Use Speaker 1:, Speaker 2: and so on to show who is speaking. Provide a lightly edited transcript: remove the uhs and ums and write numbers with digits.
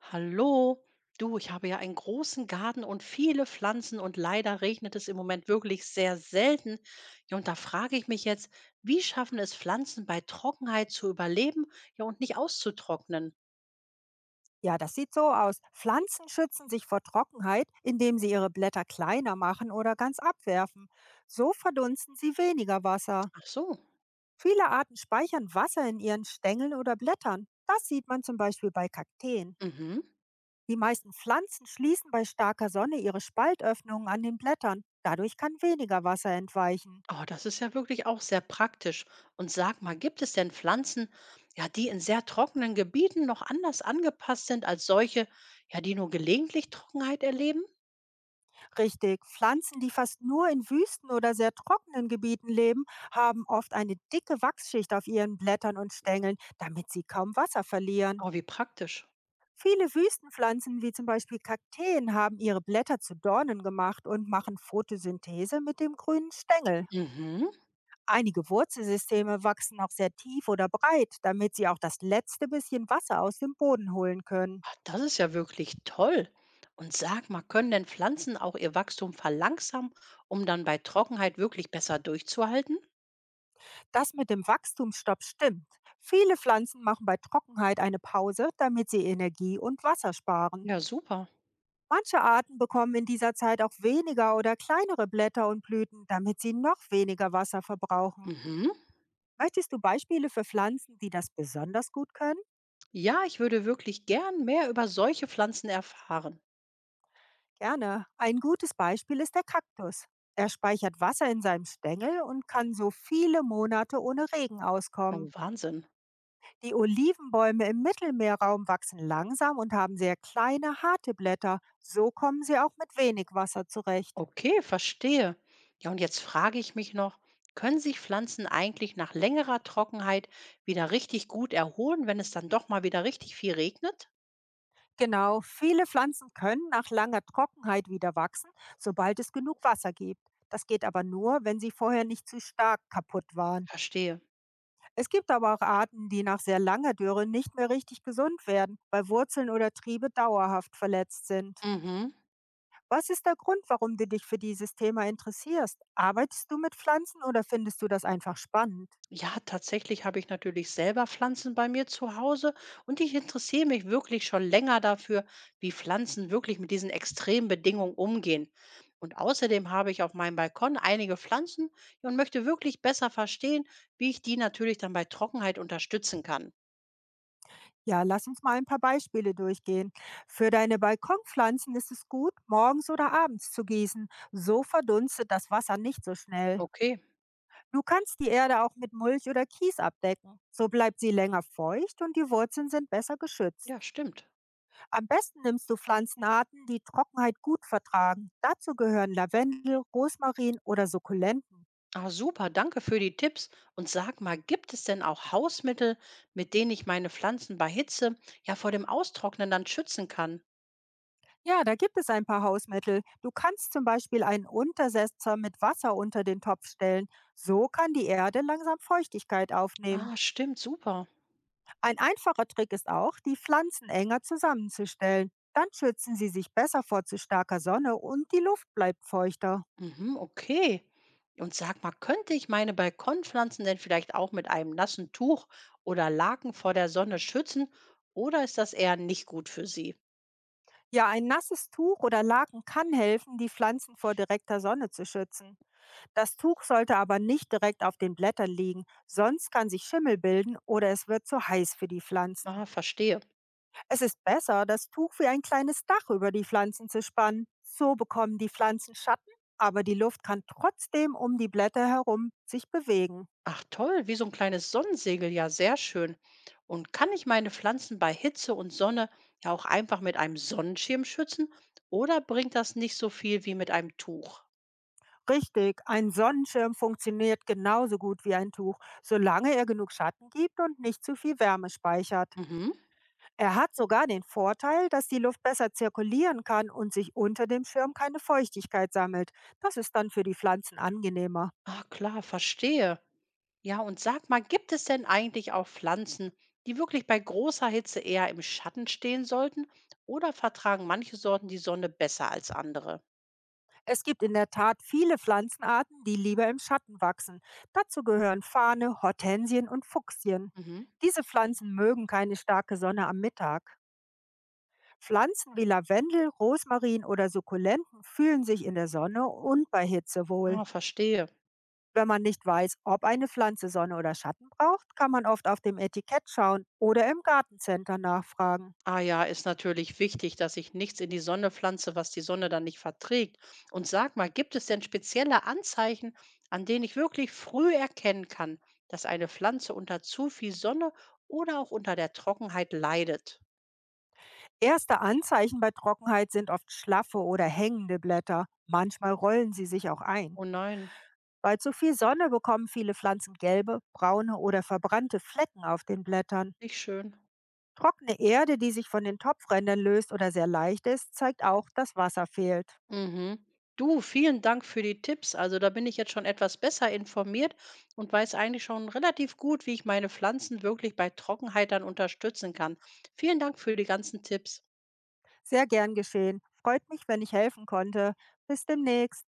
Speaker 1: Hallo, du, ich habe ja einen großen Garten und viele Pflanzen und leider regnet es im Moment wirklich sehr selten. Ja, und da frage ich mich jetzt, wie schaffen es Pflanzen bei Trockenheit zu überleben, ja, und nicht auszutrocknen?
Speaker 2: Ja, das sieht so aus. Pflanzen schützen sich vor Trockenheit, indem sie ihre Blätter kleiner machen oder ganz abwerfen. So verdunsten sie weniger Wasser.
Speaker 1: Ach so,
Speaker 2: Viele Arten speichern Wasser in ihren Stängeln oder Blättern. Das sieht man zum Beispiel bei Kakteen.
Speaker 1: mhm.
Speaker 2: Die meisten Pflanzen schließen bei starker Sonne ihre Spaltöffnungen an den Blättern. Dadurch kann weniger Wasser entweichen.
Speaker 1: Oh, das ist ja wirklich auch sehr praktisch. Und sag mal, gibt es denn Pflanzen, ja, die in sehr trockenen Gebieten noch anders angepasst sind als solche, ja, die nur gelegentlich Trockenheit erleben?
Speaker 2: Richtig. Pflanzen, die fast nur in Wüsten oder sehr trockenen Gebieten leben, haben oft eine dicke Wachsschicht auf ihren Blättern und Stängeln, damit sie kaum Wasser verlieren.
Speaker 1: Oh, wie praktisch.
Speaker 2: Viele Wüstenpflanzen, wie zum Beispiel Kakteen, haben ihre Blätter zu Dornen gemacht und machen Photosynthese mit dem grünen Stängel.
Speaker 1: Mhm.
Speaker 2: Einige Wurzelsysteme wachsen auch sehr tief oder breit, damit sie auch das letzte bisschen Wasser aus dem Boden holen können.
Speaker 1: Ah, das ist ja wirklich toll. Und sag mal, können denn Pflanzen auch ihr Wachstum verlangsamen, um dann bei Trockenheit wirklich besser durchzuhalten?
Speaker 2: Das mit dem Wachstumsstopp stimmt. Viele Pflanzen machen bei Trockenheit eine Pause, damit sie Energie und Wasser sparen.
Speaker 1: Ja, super.
Speaker 2: Manche Arten bekommen in dieser Zeit auch weniger oder kleinere Blätter und Blüten, damit sie noch weniger Wasser verbrauchen.
Speaker 1: Mhm.
Speaker 2: Möchtest du Beispiele für Pflanzen, die das besonders gut können?
Speaker 1: Ja, ich würde wirklich gern mehr über solche Pflanzen erfahren.
Speaker 2: Gerne. Ein gutes Beispiel ist der Kaktus. Er speichert Wasser in seinem Stängel und kann so viele Monate ohne Regen
Speaker 1: Oh,
Speaker 2: auskommen.
Speaker 1: Wahnsinn.
Speaker 2: Die Olivenbäume im Mittelmeerraum wachsen langsam und haben sehr kleine, harte Blätter. So kommen sie auch mit wenig Wasser zurecht.
Speaker 1: Okay, verstehe. Ja, und jetzt frage ich mich noch, können sich Pflanzen eigentlich nach längerer Trockenheit wieder richtig gut erholen, wenn es dann doch mal wieder richtig viel regnet?
Speaker 2: Genau, viele Pflanzen können nach langer Trockenheit wieder wachsen, sobald es genug Wasser gibt. Das geht aber nur, wenn sie vorher nicht zu stark kaputt waren.
Speaker 1: Verstehe.
Speaker 2: Es gibt aber auch Arten, die nach sehr langer Dürre nicht mehr richtig gesund werden, weil Wurzeln oder Triebe dauerhaft verletzt sind.
Speaker 1: Mhm.
Speaker 2: Was ist der Grund, warum du dich für dieses Thema interessierst? Arbeitest du mit Pflanzen oder findest du das einfach spannend?
Speaker 1: Ja, tatsächlich habe ich natürlich selber Pflanzen bei mir zu Hause und ich interessiere mich wirklich schon länger dafür, wie Pflanzen wirklich mit diesen extremen Bedingungen umgehen. Und außerdem habe ich auf meinem Balkon einige Pflanzen, ja, und möchte wirklich besser verstehen, wie ich die natürlich dann bei Trockenheit unterstützen kann.
Speaker 2: Ja, lass uns mal ein paar Beispiele durchgehen. Für deine Balkonpflanzen ist es gut, morgens oder abends zu gießen. So verdunstet das Wasser nicht so schnell.
Speaker 1: Okay,
Speaker 2: Du kannst die Erde auch mit Mulch oder Kies abdecken. So bleibt sie länger feucht und die Wurzeln sind besser geschützt.
Speaker 1: ja, stimmt.
Speaker 2: Am besten nimmst du Pflanzenarten, die Trockenheit gut vertragen. Dazu gehören Lavendel, Rosmarin oder Sukkulenten.
Speaker 1: Ah, super, danke für die Tipps. Und sag mal, gibt es denn auch Hausmittel, mit denen ich meine Pflanzen bei Hitze ja vor dem Austrocknen dann schützen kann?
Speaker 2: Ja, da gibt es ein paar Hausmittel. Du kannst zum Beispiel einen Untersetzer mit Wasser unter den Topf stellen. So kann die Erde langsam Feuchtigkeit aufnehmen.
Speaker 1: Ah, stimmt, super.
Speaker 2: Ein einfacher Trick ist auch, die Pflanzen enger zusammenzustellen. Dann schützen sie sich besser vor zu starker Sonne und die Luft bleibt feuchter.
Speaker 1: Mhm, okay. Und sag mal, könnte ich meine Balkonpflanzen denn vielleicht auch mit einem nassen Tuch oder Laken vor der Sonne schützen? Oder ist das eher nicht gut für sie?
Speaker 2: Ja, ein nasses Tuch oder Laken kann helfen, die Pflanzen vor direkter Sonne zu schützen. Das Tuch sollte aber nicht direkt auf den Blättern liegen, sonst kann sich Schimmel bilden oder es wird zu heiß für die Pflanzen.
Speaker 1: Ah, verstehe.
Speaker 2: Es ist besser, das Tuch wie ein kleines Dach über die Pflanzen zu spannen. So bekommen die Pflanzen Schatten, aber die Luft kann trotzdem um die Blätter herum sich bewegen.
Speaker 1: Ach toll, wie so ein kleines Sonnensegel, ja, sehr schön. Und kann ich meine Pflanzen bei Hitze und Sonne ja auch einfach mit einem Sonnenschirm schützen? Oder bringt das nicht so viel wie mit einem Tuch?
Speaker 2: Richtig, ein Sonnenschirm funktioniert genauso gut wie ein Tuch, solange er genug Schatten gibt und nicht zu viel Wärme speichert.
Speaker 1: Mhm.
Speaker 2: Er hat sogar den Vorteil, dass die Luft besser zirkulieren kann und sich unter dem Schirm keine Feuchtigkeit sammelt. Das ist dann für die Pflanzen angenehmer.
Speaker 1: Ah, klar, verstehe. Ja, und sag mal, gibt es denn eigentlich auch Pflanzen, die wirklich bei großer Hitze eher im Schatten stehen sollten? Oder vertragen manche Sorten die Sonne besser als andere?
Speaker 2: Es gibt in der Tat viele Pflanzenarten, die lieber im Schatten wachsen. Dazu gehören Fahne, Hortensien und Fuchsien.
Speaker 1: Mhm.
Speaker 2: Diese Pflanzen mögen keine starke Sonne am Mittag. Pflanzen wie Lavendel, Rosmarin oder Sukkulenten fühlen sich in der Sonne und bei Hitze wohl.
Speaker 1: Ah, verstehe.
Speaker 2: Wenn man nicht weiß, ob eine Pflanze Sonne oder Schatten braucht, kann man oft auf dem Etikett schauen oder im Gartencenter nachfragen.
Speaker 1: Ah ja, ist natürlich wichtig, dass ich nichts in die Sonne pflanze, was die Sonne dann nicht verträgt. Und sag mal, gibt es denn spezielle Anzeichen, an denen ich wirklich früh erkennen kann, dass eine Pflanze unter zu viel Sonne oder auch unter der Trockenheit leidet?
Speaker 2: Erste Anzeichen bei Trockenheit sind oft schlaffe oder hängende Blätter. Manchmal rollen sie sich auch ein.
Speaker 1: Oh nein,
Speaker 2: Bei zu viel Sonne bekommen viele Pflanzen gelbe, braune oder verbrannte Flecken auf den Blättern.
Speaker 1: nicht schön.
Speaker 2: Trockene Erde, die sich von den Topfrändern löst oder sehr leicht ist, zeigt auch, dass Wasser fehlt.
Speaker 1: Mhm. Du, vielen Dank für die Tipps. Also da bin ich jetzt schon etwas besser informiert und weiß eigentlich schon relativ gut, wie ich meine Pflanzen wirklich bei Trockenheit dann unterstützen kann. Vielen Dank für die ganzen Tipps.
Speaker 2: Sehr gern geschehen. Freut mich, wenn ich helfen konnte. Bis demnächst.